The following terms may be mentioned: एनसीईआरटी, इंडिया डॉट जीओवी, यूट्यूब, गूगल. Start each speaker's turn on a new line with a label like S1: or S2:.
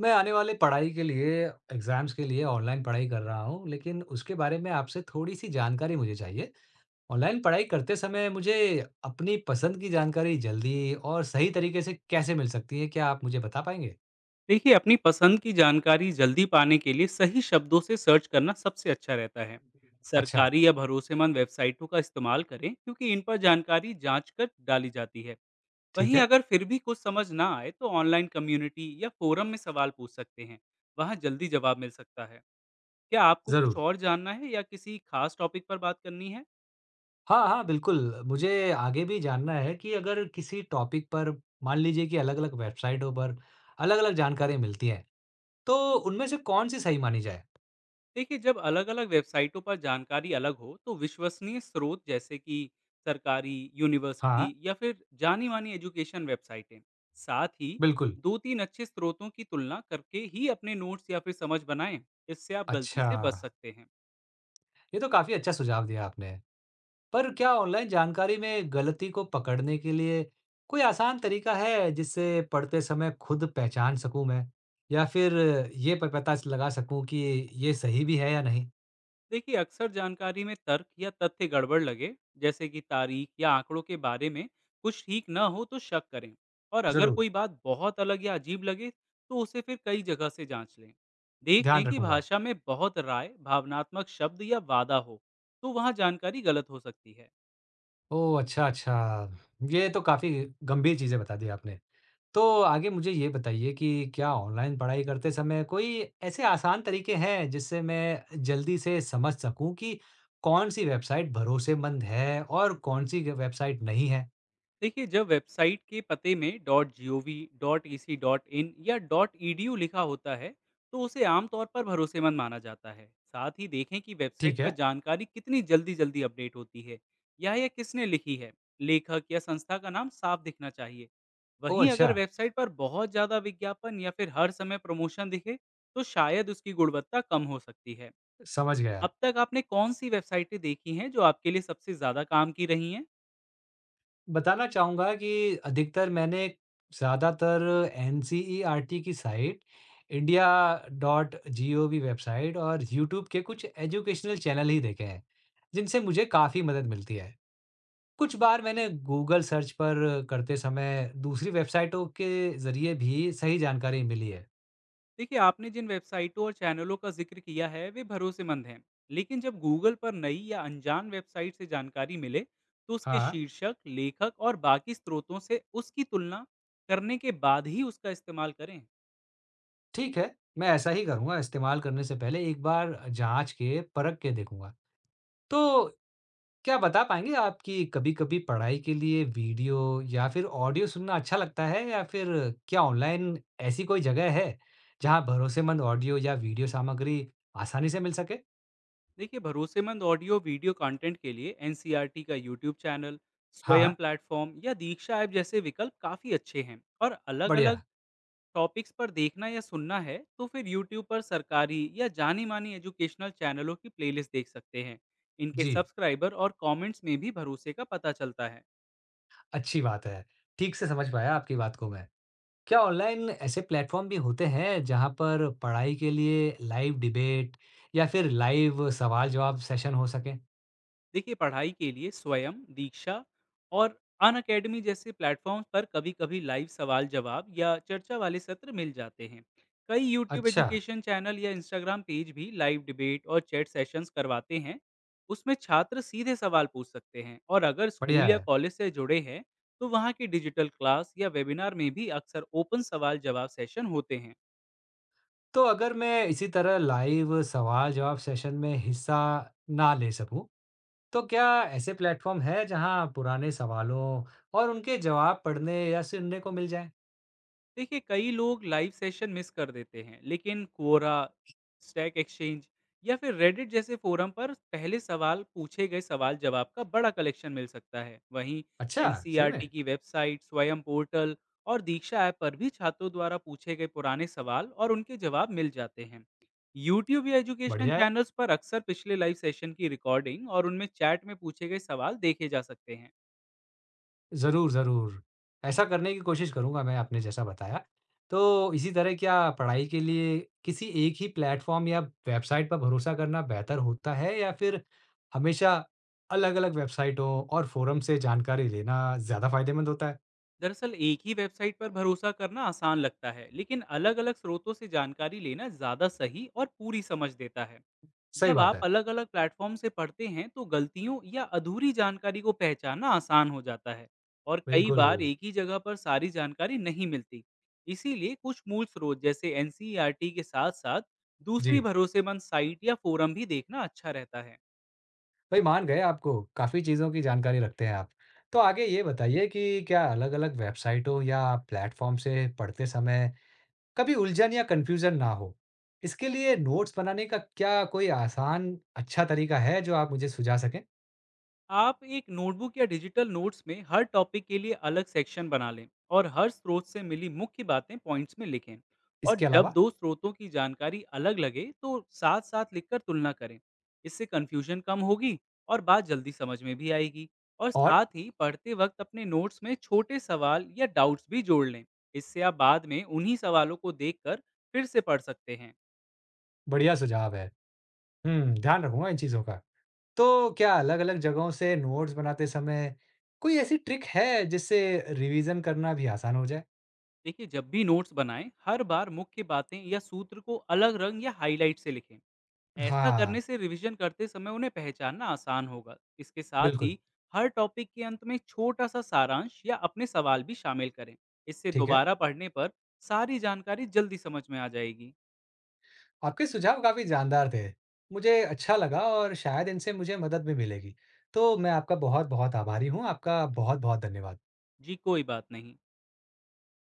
S1: मैं आने वाले पढ़ाई के लिए exams के लिए online पढ़ाई कर रहा हूँ, लेकिन उसके बारे में आपसे थोड़ी-सी जानकारी मुझे चाहिए। ऑनलाइन पढ़ाई करते समय मुझे अपनी पसंद की जानकारी जल्दी और सही तरीके से कैसे मिल सकती है, क्या आप मुझे बता पाएँगे?
S2: देखिए अपनी पसंद की जानकारी जल्दी पाने के लिए सही शब्दों से सर्च करना सबसे अच्छा रहता है।
S1: अच्छा,
S2: सरकारी या भरोसेमंद वेबसाइटों का इस्तेमाल करें क्योंकि इन पर जानकारी जांच कर डाली जाती है।
S1: ठीक
S2: वहीं
S1: है,
S2: अगर फिर भी कुछ समझ ना आए तो ऑनलाइन कम्युनिटी या फोरम में सवाल पूछ सकते हैं। वहाँ जल्दी जवाब मिल सकता है। क्या आपको कुछ
S1: ज़रूर।
S2: और जानना है या किसी खास टॉपिक पर बात करनी है।
S1: हाँ, हाँ, बिल्कुल। मुझे आगे भी जानना है कि अगर किसी टॉपिक पर मान लीजिए कि अलग-अलग वेबसाइटों पर अलग-अलग जानकारी मिलती है, तो उनमें से कौन-सी सही मानी जाए?
S2: देखिए जब अलग-अलग वेबसाइटों पर जानकारी अलग हो तो विश्वसनीय स्रोत जैसे कि सरकारी, यूनिवर्सिटी
S1: हाँ,
S2: या फिर जानी-मानी एजुकेशन वेबसाइटें, साथ ही
S1: बिल्कुल।
S2: 2-3 अच्छे स्रोतों की तुलना करके ही अपने नोट्स या फिर समझ बनाएं। इससे आप गलती
S1: अच्छा।
S2: से बच सकते हैं।
S1: ये तो काफी अच्छा सुझाव दिया आपने। पर क्या ऑनलाइन जानकारी में गलती को पकड़ने के लिए कोई आसान तरीका है जिससे पढ़ते समय खुद पहचान सकूं मैं? या फिर ये प पता लगा सकूं कि ये सही भी है या नहीं?
S2: देखिए अक्सर जानकारी में तर्क या तथ्य गड़बड़ लगे, जैसे कि तारीख या आंकड़ों के बारे में कुछ ठीक न हो तो शक करें। और अगर
S1: ज़रूर,
S2: कोई बात बहुत अलग या अजीब लगे तो उसे फिर कई जगह से जांच लें। देख
S1: ध्यान
S2: लें कि
S1: रखूंगा।
S2: भाषा में बहुत राय, भावनात्मक शब्द या वादा हो तो वहाँ जानकारी गलत हो सकती है।
S1: ओह! अच्छा, अच्छा। ये तो काफी गंभीर चीज़ें बता दी आपने। तो आगे मुझे ये बताइए कि क्या ऑनलाइन पढ़ाई करते समय कोई ऐसे आसान तरीके हैं जिससे मैं जल्दी से समझ सकूं कि कौन सी वेबसाइट भरोसेमंद है और कौन सी वेबसाइट नहीं है?
S2: देखिए जब वेबसाइट के पते में dot G O V, dot E C dot in या डॉट ई डी यू लिखा होता है तो उसे आमतौर पर भरोसेमंद माना जाता है। साथ ही देखें कि वेबसाइट
S1: ठीक
S2: पर
S1: है।
S2: जानकारी कितनी जल्दी जल्दी अपडेट होती है या यह किसने लिखी है। लेखक या संस्था का नाम साफ दिखना चाहिए।
S1: ओह
S2: वहीं
S1: अच्छा,
S2: अगर वेबसाइट पर बहुत ज़्यादा विज्ञापन या फिर हर समय प्रमोशन दिखे तो शायद उसकी गुणवत्ता कम हो सकती है।
S1: समझ गया।
S2: अब तक आपने कौन सी वेबसाइटें देखी हैं जो आपके लिए सबसे ज़्यादा काम की रही हैं।
S1: बताना चाहूँगा कि अधिकतर मैंने ज़्यादातर एनसीईआरटी की साइट, इंडिया .gov वेबसाइट और यूट्यूब के कुछ एजुकेशनल चैनल ही देखे हैं, जिनसे मुझे काफ़ी मदद मिलती है। कुछ बार मैंने गूगल सर्च पर करते समय दूसरी वेबसाइटों के ज़रिए भी सही जानकारी मिली है।
S2: देखिए आपने जिन वेबसाइटों और चैनलों का जिक्र किया है वे भरोसेमंद हैं, लेकिन जब गूगल पर नई या अनजान वेबसाइट से जानकारी मिले तो उसके
S1: हाँ,
S2: शीर्षक, लेखक और बाकी स्रोतों से उसकी तुलना करने के बाद ही उसका इस्तेमाल करें।
S1: ठीक है, मैं ऐसा ही करूँगा। इस्तेमाल करने से पहले एक बार जांच के, परख के देखूँगा। तो क्या बता पाएँगे आप कि कभी-कभी पढ़ाई के लिए वीडियो या फिर ऑडियो सुनना अच्छा लगता है या फिर क्या ऑनलाइन ऐसी कोई जगह है, जहाँ भरोसेमंद ऑडियो या वीडियो सामग्री आसानी से मिल सके?
S2: देखिए भरोसेमंद ऑडियो वीडियो कंटेंट के लिए एन का यूट्यूब चैनल, स्वयं
S1: हाँ,
S2: प्लेटफॉर्म या दीक्षा ऐप जैसे विकल्प काफ़ी अच्छे हैं। और अलग अलग
S1: बढ़िया।
S2: टॉपिक्स पर देखना या सुनना है तो फिर यूट्यूब पर सरकारी या जानी मानी एजुकेशनल चैनलों की प्लेलिस्ट देख सकते हैं। इनके
S1: जी,
S2: सब्सक्राइबर और कमेंट्स में भी भरोसे का पता चलता है।
S1: अच्छी बात है। ठीक से समझ पाया आपकी बात को मैं। क्या ऑनलाइन ऐसे प्लेटफॉर्म भी होते हैं जहां पर पढ़ाई के लिए लाइव डिबेट या फिर लाइव सवाल जवाब सेशन हो सके?
S2: देखिए पढ़ाई के लिए स्वयं, दीक्षा और अन अकेडमी जैसे प्लेटफॉर्म्स पर कभी-कभी लाइव सवाल-जवाब या चर्चा वाले सत्र मिल जाते हैं। कई यूट्यूब
S1: अच्छा।
S2: एजुकेशन चैनल या इंस्टाग्राम पेज भी लाइव डिबेट और चैट सेशंस करवाते हैं। उसमें छात्र सीधे सवाल पूछ सकते हैं और अगर
S1: बढ़िया
S2: स्कूल या
S1: है।
S2: कॉलेज से जुड़े हैं, तो वहाँ की डिजिटल क्लास या वेबिनार में भी अक्सर ओपन सवाल-जवाब सेशन होते हैं।
S1: तो अगर मैं इसी तरह लाइव सवाल जवाब सेशन में हिस्सा ना ले सकूं तो क्या ऐसे प्लेटफॉर्म है जहां पुराने सवालों और उनके जवाब पढ़ने या सुनने को मिल जाए?
S2: देखिए कई लोग लाइव सेशन मिस कर देते हैं, लेकिन कोरा, स्टैक एक्सचेंज या फिर रेडिट जैसे फोरम पर पहले सवाल पूछे गए सवाल जवाब का बड़ा कलेक्शन मिल सकता है। वहीं
S1: अच्छा। सही में।
S2: एनसीईआरटी की वेबसाइट, स्वयं पोर्टल और दीक्षा ऐप पर भी छात्रों द्वारा पूछे गए पुराने सवाल और उनके जवाब मिल जाते हैं। यूट्यूब या एजुकेशन
S1: बढ़िया है।
S2: चैनल्स पर अक्सर पिछले लाइव सेशन की रिकॉर्डिंग और उनमें चैट में पूछे गए सवाल देखे जा सकते हैं।
S1: ज़रूर, ज़रूर। ऐसा करने की कोशिश करूँगा मैं आपने जैसा बताया। तो इसी तरह क्या पढ़ाई के लिए किसी एक ही प्लेटफ़ॉर्म या वेबसाइट पर भरोसा करना बेहतर होता है या फिर हमेशा अलग-अलग वेबसाइटों और फ़ोरम से जानकारी लेना ज़्यादा फ़ायदेमंद होता है?
S2: दरअसल एक ही वेबसाइट पर भरोसा करना आसान लगता है, लेकिन अलग अलग स्रोतों से जानकारी लेना ज़्यादा सही और पूरी समझ देता है।
S1: सही
S2: जब
S1: बात
S2: आप
S1: है।
S2: अलग अलग प्लेटफॉर्म से पढ़ते हैं तो गलतियों या अधूरी जानकारी को पहचानना आसान हो जाता है और कई
S1: बिल्कुल,
S2: बार एक ही जगह पर सारी जानकारी नहीं मिलती। इसीलिए कुछ मूल स्रोत जैसे एन के साथ साथ दूसरी
S1: जी।
S2: भरोसेमंद साइट या फोरम भी देखना अच्छा रहता है।
S1: भई मान गए आपको, काफ़ी चीज़ों की जानकारी रखते हैं आप। तो आगे ये बताइए कि क्या अलग-अलग वेबसाइटों या प्लेटफ़ॉर्म से पढ़ते समय कभी उलझन या कंफ्यूजन ना हो, इसके लिए नोट्स बनाने का क्या कोई आसान अच्छा तरीका है जो आप मुझे सुझा सकें?
S2: आप एक नोटबुक या डिजिटल नोट्स में हर टॉपिक के लिए अलग सेक्शन बना लें और हर स्रोत से मिली मुख्य बातें पॉइंट्स में लिखें। और
S1: इसके
S2: जब
S1: अलावा
S2: दो स्रोतों की जानकारी अलग लगे तो साथ साथ लिखकर तुलना करें। इससे कन्फ्यूजन कम होगी और बात जल्दी समझ में भी आएगी। और
S1: और
S2: साथ ही पढ़ते वक्त अपने नोट्स में छोटे सवाल या डाउट्स भी जोड़ लें। इससे आप बाद में उन्हीं सवालों को देखकर फिर से पढ़ सकते हैं।
S1: बढ़िया सुझाव है। हुँ, ध्यान रखूँगा इन चीज़ों का। तो क्या अलग-अलग जगहों से नोट्स बनाते समय कोई ऐसी ट्रिक है जिससे रिवीजन करना भी आसान हो जाए?
S2: देखिए जब भी नोट्स बनाएं हर बार मुख्य बातें या सूत्र को अलग रंग या हाईलाइट से लिखें। ऐसा
S1: हाँ,
S2: करने से रिवीजन करते समय उन्हें पहचानना आसान होगा। इसके साथ
S1: बिल्कुल,
S2: ही हर टॉपिक के अंत में छोटा-सा सारांश या अपने सवाल भी शामिल करें। इससे
S1: ठीक है।
S2: दोबारा पढ़ने पर सारी जानकारी जल्दी समझ में आ जाएगी।
S1: आपके सुझाव काफ़ी जानदार थे। मुझे अच्छा लगा और शायद इनसे मुझे मदद भी मिलेगी। तो मैं आपका बहुत-बहुत आभारी हूँ। आपका बहुत-बहुत धन्यवाद।
S2: जी, कोई बात नहीं।